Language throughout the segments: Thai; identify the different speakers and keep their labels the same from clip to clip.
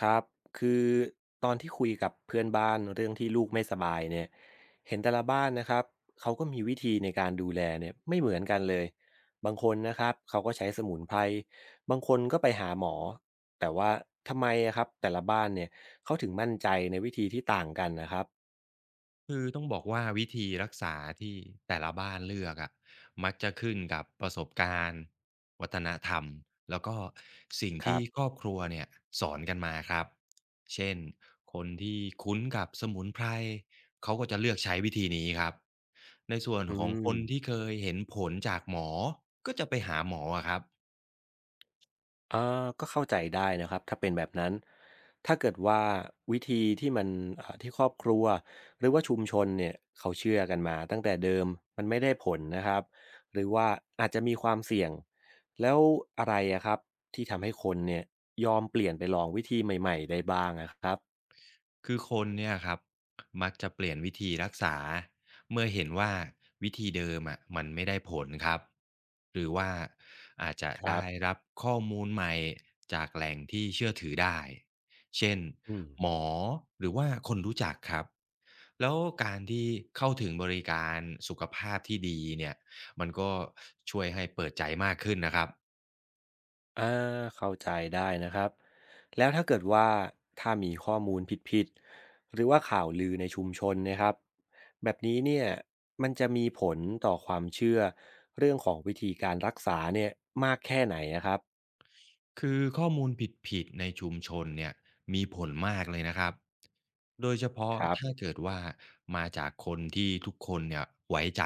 Speaker 1: ครับ คือตอนที่คุยกับเพื่อนบ้านเรื่องที่ลูกไม่สบายเนี่ยเห็นแต่ละบ้านนะครับเขาก็มีวิธีในการดูแลเนี่ยไม่เหมือนกันเลย บางคนนะครับเขาก็ใช้สมุนไพรบางคนก็ไปหาหมอ แต่ว่าทำไมอะครับแต่ละบ้านเนี่ยเขาถึงมั่นใจในวิธีที่ต่างกันนะครับ
Speaker 2: คือต้องบอกว่าวิธีรักษาที่แต่ละบ้านเลือกอะมักจะขึ้นกับประสบการณ์วัฒนธรรมแล้วก็สิ่ง
Speaker 1: ครั
Speaker 2: ที่ค
Speaker 1: บ
Speaker 2: รอบครัวเนี่ยสอนกันมาครับเช่นคนที่คุ้นกับสมุนไพรเขาก็จะเลือกใช้วิธีนี้ครับในส่วน
Speaker 1: อื
Speaker 2: ของคนที่
Speaker 1: ม
Speaker 2: เคยเห็นผลจากหมอก็จะไปหาหมออะครับ
Speaker 1: ก็เข้าใจได้นะครับถ้าเป็นแบบนั้นถ้าเกิดว่าวิธีที่มันที่ครอบครัวหรือว่าชุมชนเนี่ยเขาเชื่อกันมาตั้งแต่เดิมมันไม่ได้ผลนะครับหรือว่าอาจจะมีความเสี่ยงแล้วอะไรอะครับที่ทำให้คนเนี่ยยอมเปลี่ยนไปลองวิธีใหม่ๆได้บ้างอะครับ
Speaker 2: คือคนเนี่ยครับมักจะเปลี่ยนวิธีรักษาเมื่อเห็นว่าวิธีเดิมอะมันไม่ได้ผลครับหรือว่าอาจจะ
Speaker 1: ครั
Speaker 2: ได้
Speaker 1: บ
Speaker 2: รับข้อมูลใหม่จากแหล่งที่เชื่อถือได้เช่น
Speaker 1: อืม
Speaker 2: หมอหรือว่าคนรู้จักครับแล้วการที่เข้าถึงบริการสุขภาพที่ดีเนี่ยมันก็ช่วยให้เปิดใจมากขึ้นนะครับ
Speaker 1: อ่าเข้าใจได้นะครับแล้วถ้าเกิดว่าถ้ามีข้อมูลผิดๆหรือว่าข่าวลือในชุมชนนะครับแบบนี้เนี่ยมันจะมีผลต่อความเชื่อเรื่องของวิธีการรักษาเนี่ยมากแค่ไหนนะครับ
Speaker 2: คือข้อมูลผิดๆในชุมชนเนี่ยมีผลมากเลยนะครับ โดยเฉพาะ
Speaker 1: ครับ
Speaker 2: ถ้าเกิดว่ามาจากคนที่ทุกคนเนี่ยไว้ใจ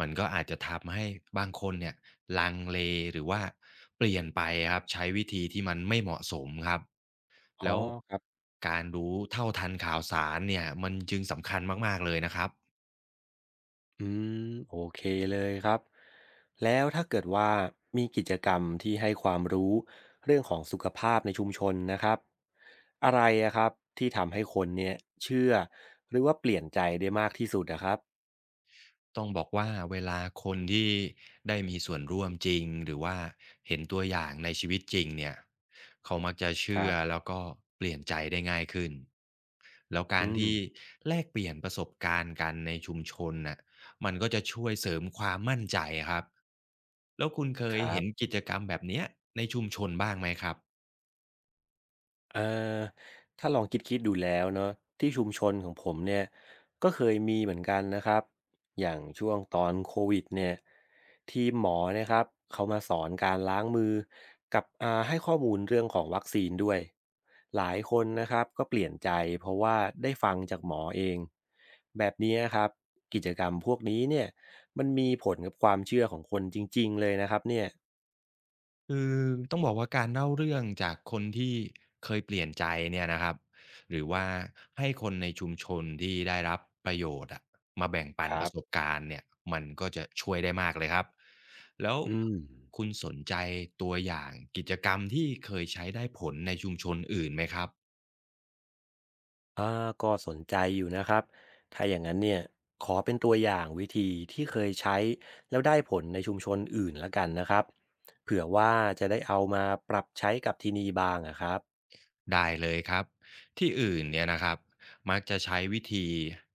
Speaker 2: มันก็อาจจะทำให้บางคนเนี่ยลังเลหรือว่าเปลี่ยนไปครับใช้วิธีที่มันไม่เหมาะสมครับ
Speaker 1: อ๋อ
Speaker 2: แล้ว
Speaker 1: ครับ
Speaker 2: การรู้เท่าทันข่าวสารเนี่ยมันจึงสำคัญมากๆเลยนะครับ
Speaker 1: อืมโอเคเลยครับแล้วถ้าเกิดว่ามีกิจกรรมที่ให้ความรู้เรื่องของสุขภาพในชุมชนนะครับอะไรอะครับที่ทำให้คนเนี่ยเชื่อหรือว่าเปลี่ยนใจได้มากที่สุดอะครับ
Speaker 2: ต้องบอกว่าเวลาคนที่ได้มีส่วนร่วมจริงหรือว่าเห็นตัวอย่างในชีวิตจริงเนี่ยเขามักจะ
Speaker 1: ค
Speaker 2: เชื่
Speaker 1: รั
Speaker 2: อ
Speaker 1: บ
Speaker 2: แล้วก็เปลี่ยนใจได้ง่ายขึ้นแล้ว
Speaker 1: อื
Speaker 2: การ
Speaker 1: ม
Speaker 2: ที่แลกเปลี่ยนประสบการณ์กันในชุมชนน่ะมันก็จะช่วยเสริมความมั่นใจครับแล้วคุณเค
Speaker 1: ค
Speaker 2: ย
Speaker 1: รั
Speaker 2: เห็น
Speaker 1: บ
Speaker 2: กิจกรรมแบบเนี้ยในชุมชนบ้างไหมครับ
Speaker 1: เอ่อถ้าลองคิดๆดูแล้วเนาะที่ชุมชนของผมเนี่ยก็เคยมีเหมือนกันนะครับอย่างช่วงตอนโควิดเนี่ยทีมหมอเนะครับเขามาสอนการล้างมือกับให้ข้อมูลเรื่องของวัคซีนด้วยหลายคนนะครับก็เปลี่ยนใจเพราะว่าได้ฟังจากหมอเองแบบนี้ครับกิจกรรมพวกนี้เนี่ยมันมีผลกับความเชื่อของคนจริงๆเลยนะครับเนี่ย
Speaker 2: คือต้องบอกว่าการเล่าเรื่องจากคนที่เคยเปลี่ยนใจเนี่ยนะครับหรือว่าให้คนในชุมชนที่ได้รับประโยชน์อะมาแบ่งปั
Speaker 1: ค
Speaker 2: นป
Speaker 1: รับ
Speaker 2: ระสบการณ์เนี่ยมันก็จะช่วยได้มากเลยครับแล้ว
Speaker 1: อืม
Speaker 2: คุณสนใจตัวอย่างกิจกรรมที่เคยใช้ได้ผลในชุมชนอื่นไหมครับ
Speaker 1: อาก็สนใจอยู่นะครับ ถ้าอย่างนั้นเนี่ยขอเป็นตัวอย่างวิธีที่เคยใช้แล้วได้ผลในชุมชนอื่นแล้วกันนะครับ เผื่อว่าจะได้เอามาปรับใช้กับที่นี่บ้างอะครับ
Speaker 2: ได้เลยครับที่อื่นเนี่ยนะครับมักจะใช้วิธี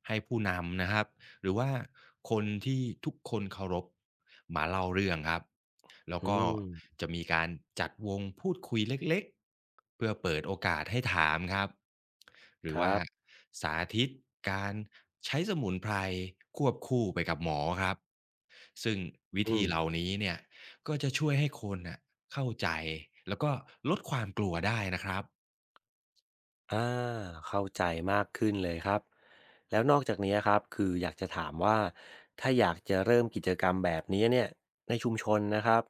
Speaker 2: ให้ผู้นำนะครับหรือว่าคนที่ทุกคนเคารพมาเล่าเรื่องครับแล้ว
Speaker 1: อื
Speaker 2: ก็
Speaker 1: ม
Speaker 2: จะมีการจัดวงพูดคุยเล็กๆเพื่อเปิดโอกาสให้ถามครับหรื
Speaker 1: ค
Speaker 2: อว่า
Speaker 1: รับ
Speaker 2: สาธิตการใช้สมุนไพรควบคู่ไปกับหมอครับซึ่งวิ
Speaker 1: อื
Speaker 2: ธี
Speaker 1: ม
Speaker 2: เหล่านี้เนี่ยก็จะช่วยให้คนน่ะเข้าใจแล้วก็ลดความกลัวได้นะครับ
Speaker 1: อาเข้าใจมากขึ้นเลยครับแล้วนอกจากนี้ครับคืออยากจะถามว่าถ้าอยากจะเริ่มกิจกรรมแบบนี้เนี่ยในชุมชนนะครับ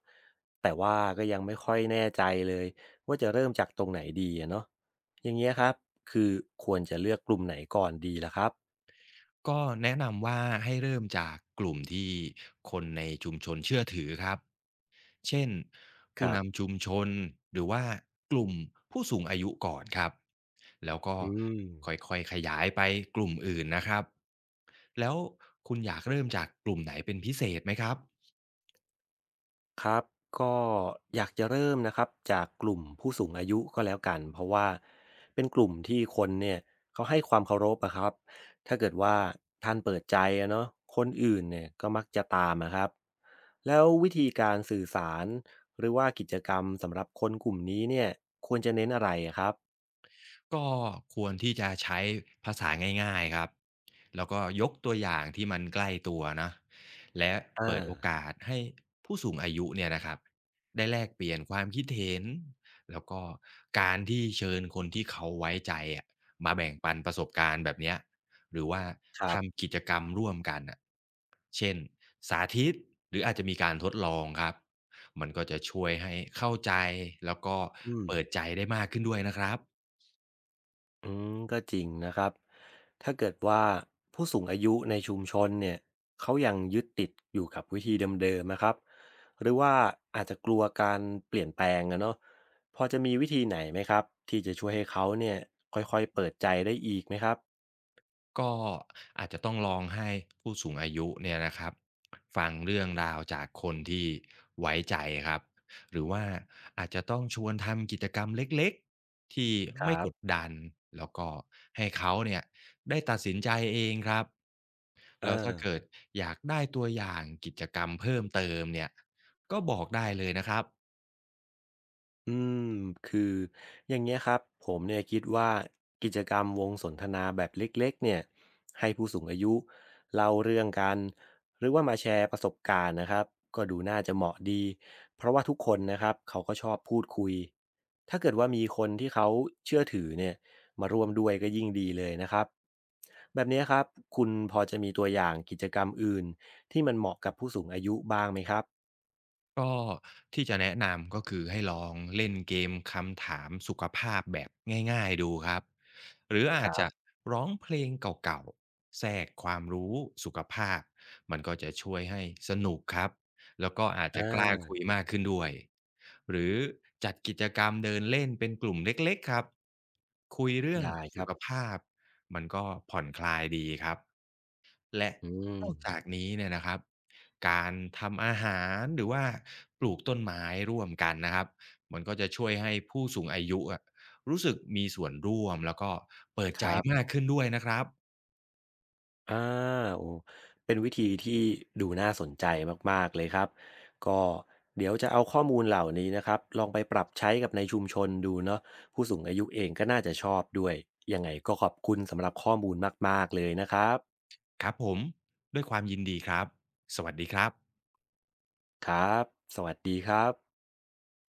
Speaker 1: แต่ว่าก็ยังไม่ค่อยแน่ใจเลยว่าจะเริ่มจากตรงไหนดีอะเนาะอย่างเงี้ยครับคือควรจะเลือกกลุ่มไหนก่อนดีล่ะครับ
Speaker 2: ก็แนะนำว่าให้เริ่มจากกลุ่มที่คนในชุมชนเชื่อถือครับเช่น
Speaker 1: ค
Speaker 2: ผู้
Speaker 1: รั
Speaker 2: นำ
Speaker 1: บ
Speaker 2: ชุมชนหรือว่ากลุ่มผู้สูงอายุก่อนครับแล้วก็
Speaker 1: อืม
Speaker 2: ค่อยๆขยายไปกลุ่มอื่นนะครับแล้วคุณอยากเริ่มจากกลุ่มไหนเป็นพิเศษไหมครับ
Speaker 1: ครับก็อยากจะเริ่มนะครับจากกลุ่มผู้สูงอายุก็แล้วกันเพราะว่าเป็นกลุ่มที่คนเนี่ยเขาให้ความเคารพอะครับถ้าเกิดว่าท่านเปิดใจอะเนาะคนอื่นเนี่ยก็มักจะตามอะครับแล้ววิธีการสื่อสารหรือว่ากิจกรรมสำหรับคนกลุ่มนี้เนี่ยควรจะเน้นอะไรอะครับ
Speaker 2: ก็ควรที่จะใช้ภาษาง่ายๆครับแล้วก็ยกตัวอย่างที่มันใกล้ตัวนะและเปิด
Speaker 1: อ่า
Speaker 2: โอกาสให้ผู้สูงอายุเนี่ยนะครับได้แลกเปลี่ยนความคิดเห็นแล้วก็การที่เชิญคนที่เขาไว้ใจอะมาแบ่งปันประสบการณ์แบบเนี้ยหรือว่า
Speaker 1: ครับ
Speaker 2: ทำกิจกรรมร่วมกันนะเช่นสาธิตหรืออาจจะมีการทดลองครับมันก็จะช่วยให้เข้าใจแล้วก็
Speaker 1: อืม
Speaker 2: เปิดใจได้มากขึ้นด้วยนะครับ
Speaker 1: อืมก็จริงนะครับ ถ้าเกิดว่าผู้สูงอายุในชุมชนเนี่ยเขายังยึดติดอยู่กับวิธีเดิมๆนะครับ หรือว่าอาจจะกลัวการเปลี่ยนแปลงนะเนาะพอจะมีวิธีไหนไหมครับที่จะช่วยให้เขาเนี่ยค่อยๆเปิดใจได้อีกไหมครับ
Speaker 2: ก็อาจจะต้องลองให้ผู้สูงอายุเนี่ยนะครับฟังเรื่องราวจากคนที่ไว้ใจครับหรือว่าอาจจะต้องชวนทำกิจกรรมเล็กๆที่
Speaker 1: ค
Speaker 2: ไม่
Speaker 1: รับ
Speaker 2: กดดันแล้วก็ให้เขาเนี่ยได้ตัดสินใจเองครับ
Speaker 1: อ่
Speaker 2: แล้วถ้าเกิ
Speaker 1: า
Speaker 2: ดอยากได้ตัวอย่างกิจกรรมเพิ่มเติมเนี่ยก็บอกได้เลยนะครับ
Speaker 1: อืมคืออย่างเงี้ยครับผมเนี่ยคิดว่ากิจกรรมวงสนทนาแบบเล็กๆเนี่ยให้ผู้สูงอายุเล่าเรื่องกันหรือว่ามาแชร์ประสบการณ์นะครับก็ดูน่าจะเหมาะดีเพราะว่าทุกคนนะครับเขาก็ชอบพูดคุยถ้าเกิดว่ามีคนที่เขาเชื่อถือเนี่ยมาร่วมด้วยก็ยิ่งดีเลยนะครับแบบเนี้ยครับคุณพอจะมีตัวอย่างกิจกรรมอื่นที่มันเหมาะกับผู้สูงอายุบ้างไหมครับ
Speaker 2: ก็ที่จะแนะนำก็คือให้ลองเล่นเกมคำถามสุขภาพแบบง่ายๆดูครับหรือ
Speaker 1: ค
Speaker 2: อาจ
Speaker 1: รั
Speaker 2: จะ
Speaker 1: บ
Speaker 2: ร้องเพลงเก่าๆแทรกความรู้สุขภาพมันก็จะช่วยให้สนุกครับแล้วก็อาจ
Speaker 1: อ่
Speaker 2: จะกล้าคุย
Speaker 1: า
Speaker 2: มากขึ้นด้วยหรือจัดกิจกรรมเดินเล่นเป็นกลุ่มเล็กๆครับคุยเรื่อง
Speaker 1: ได้ค
Speaker 2: สุ
Speaker 1: รับ
Speaker 2: ขภาพมันก็ผ่อนคลายดีครับ และ
Speaker 1: อืม
Speaker 2: นอกจากนี้เนี่ยนะครับการทำอาหารหรือว่าปลูกต้นไม้ร่วมกันนะครับมันก็จะช่วยให้ผู้สูงอายุอะรู้สึกมีส่วนร่วมแล้วก็เปิด
Speaker 1: ค
Speaker 2: ใจ
Speaker 1: รับ
Speaker 2: มากขึ้นด้วยนะครับ
Speaker 1: อาโอ้เป็นวิธีที่ดูน่าสนใจมากๆ เลยครับ ก็เดี๋ยวจะเอาข้อมูลเหล่านี้นะครับลองไปปรับใช้กับในชุมชนดูเนาะผู้สูงอายุเองก็น่าจะชอบด้วย ยังไงก็ขอบคุณสำหรับข้อมูลมากๆ เลยนะครับ
Speaker 2: ครับผมด้วยความยินดีครับสวัสดีครับ
Speaker 1: ครับ สวัสดีครับ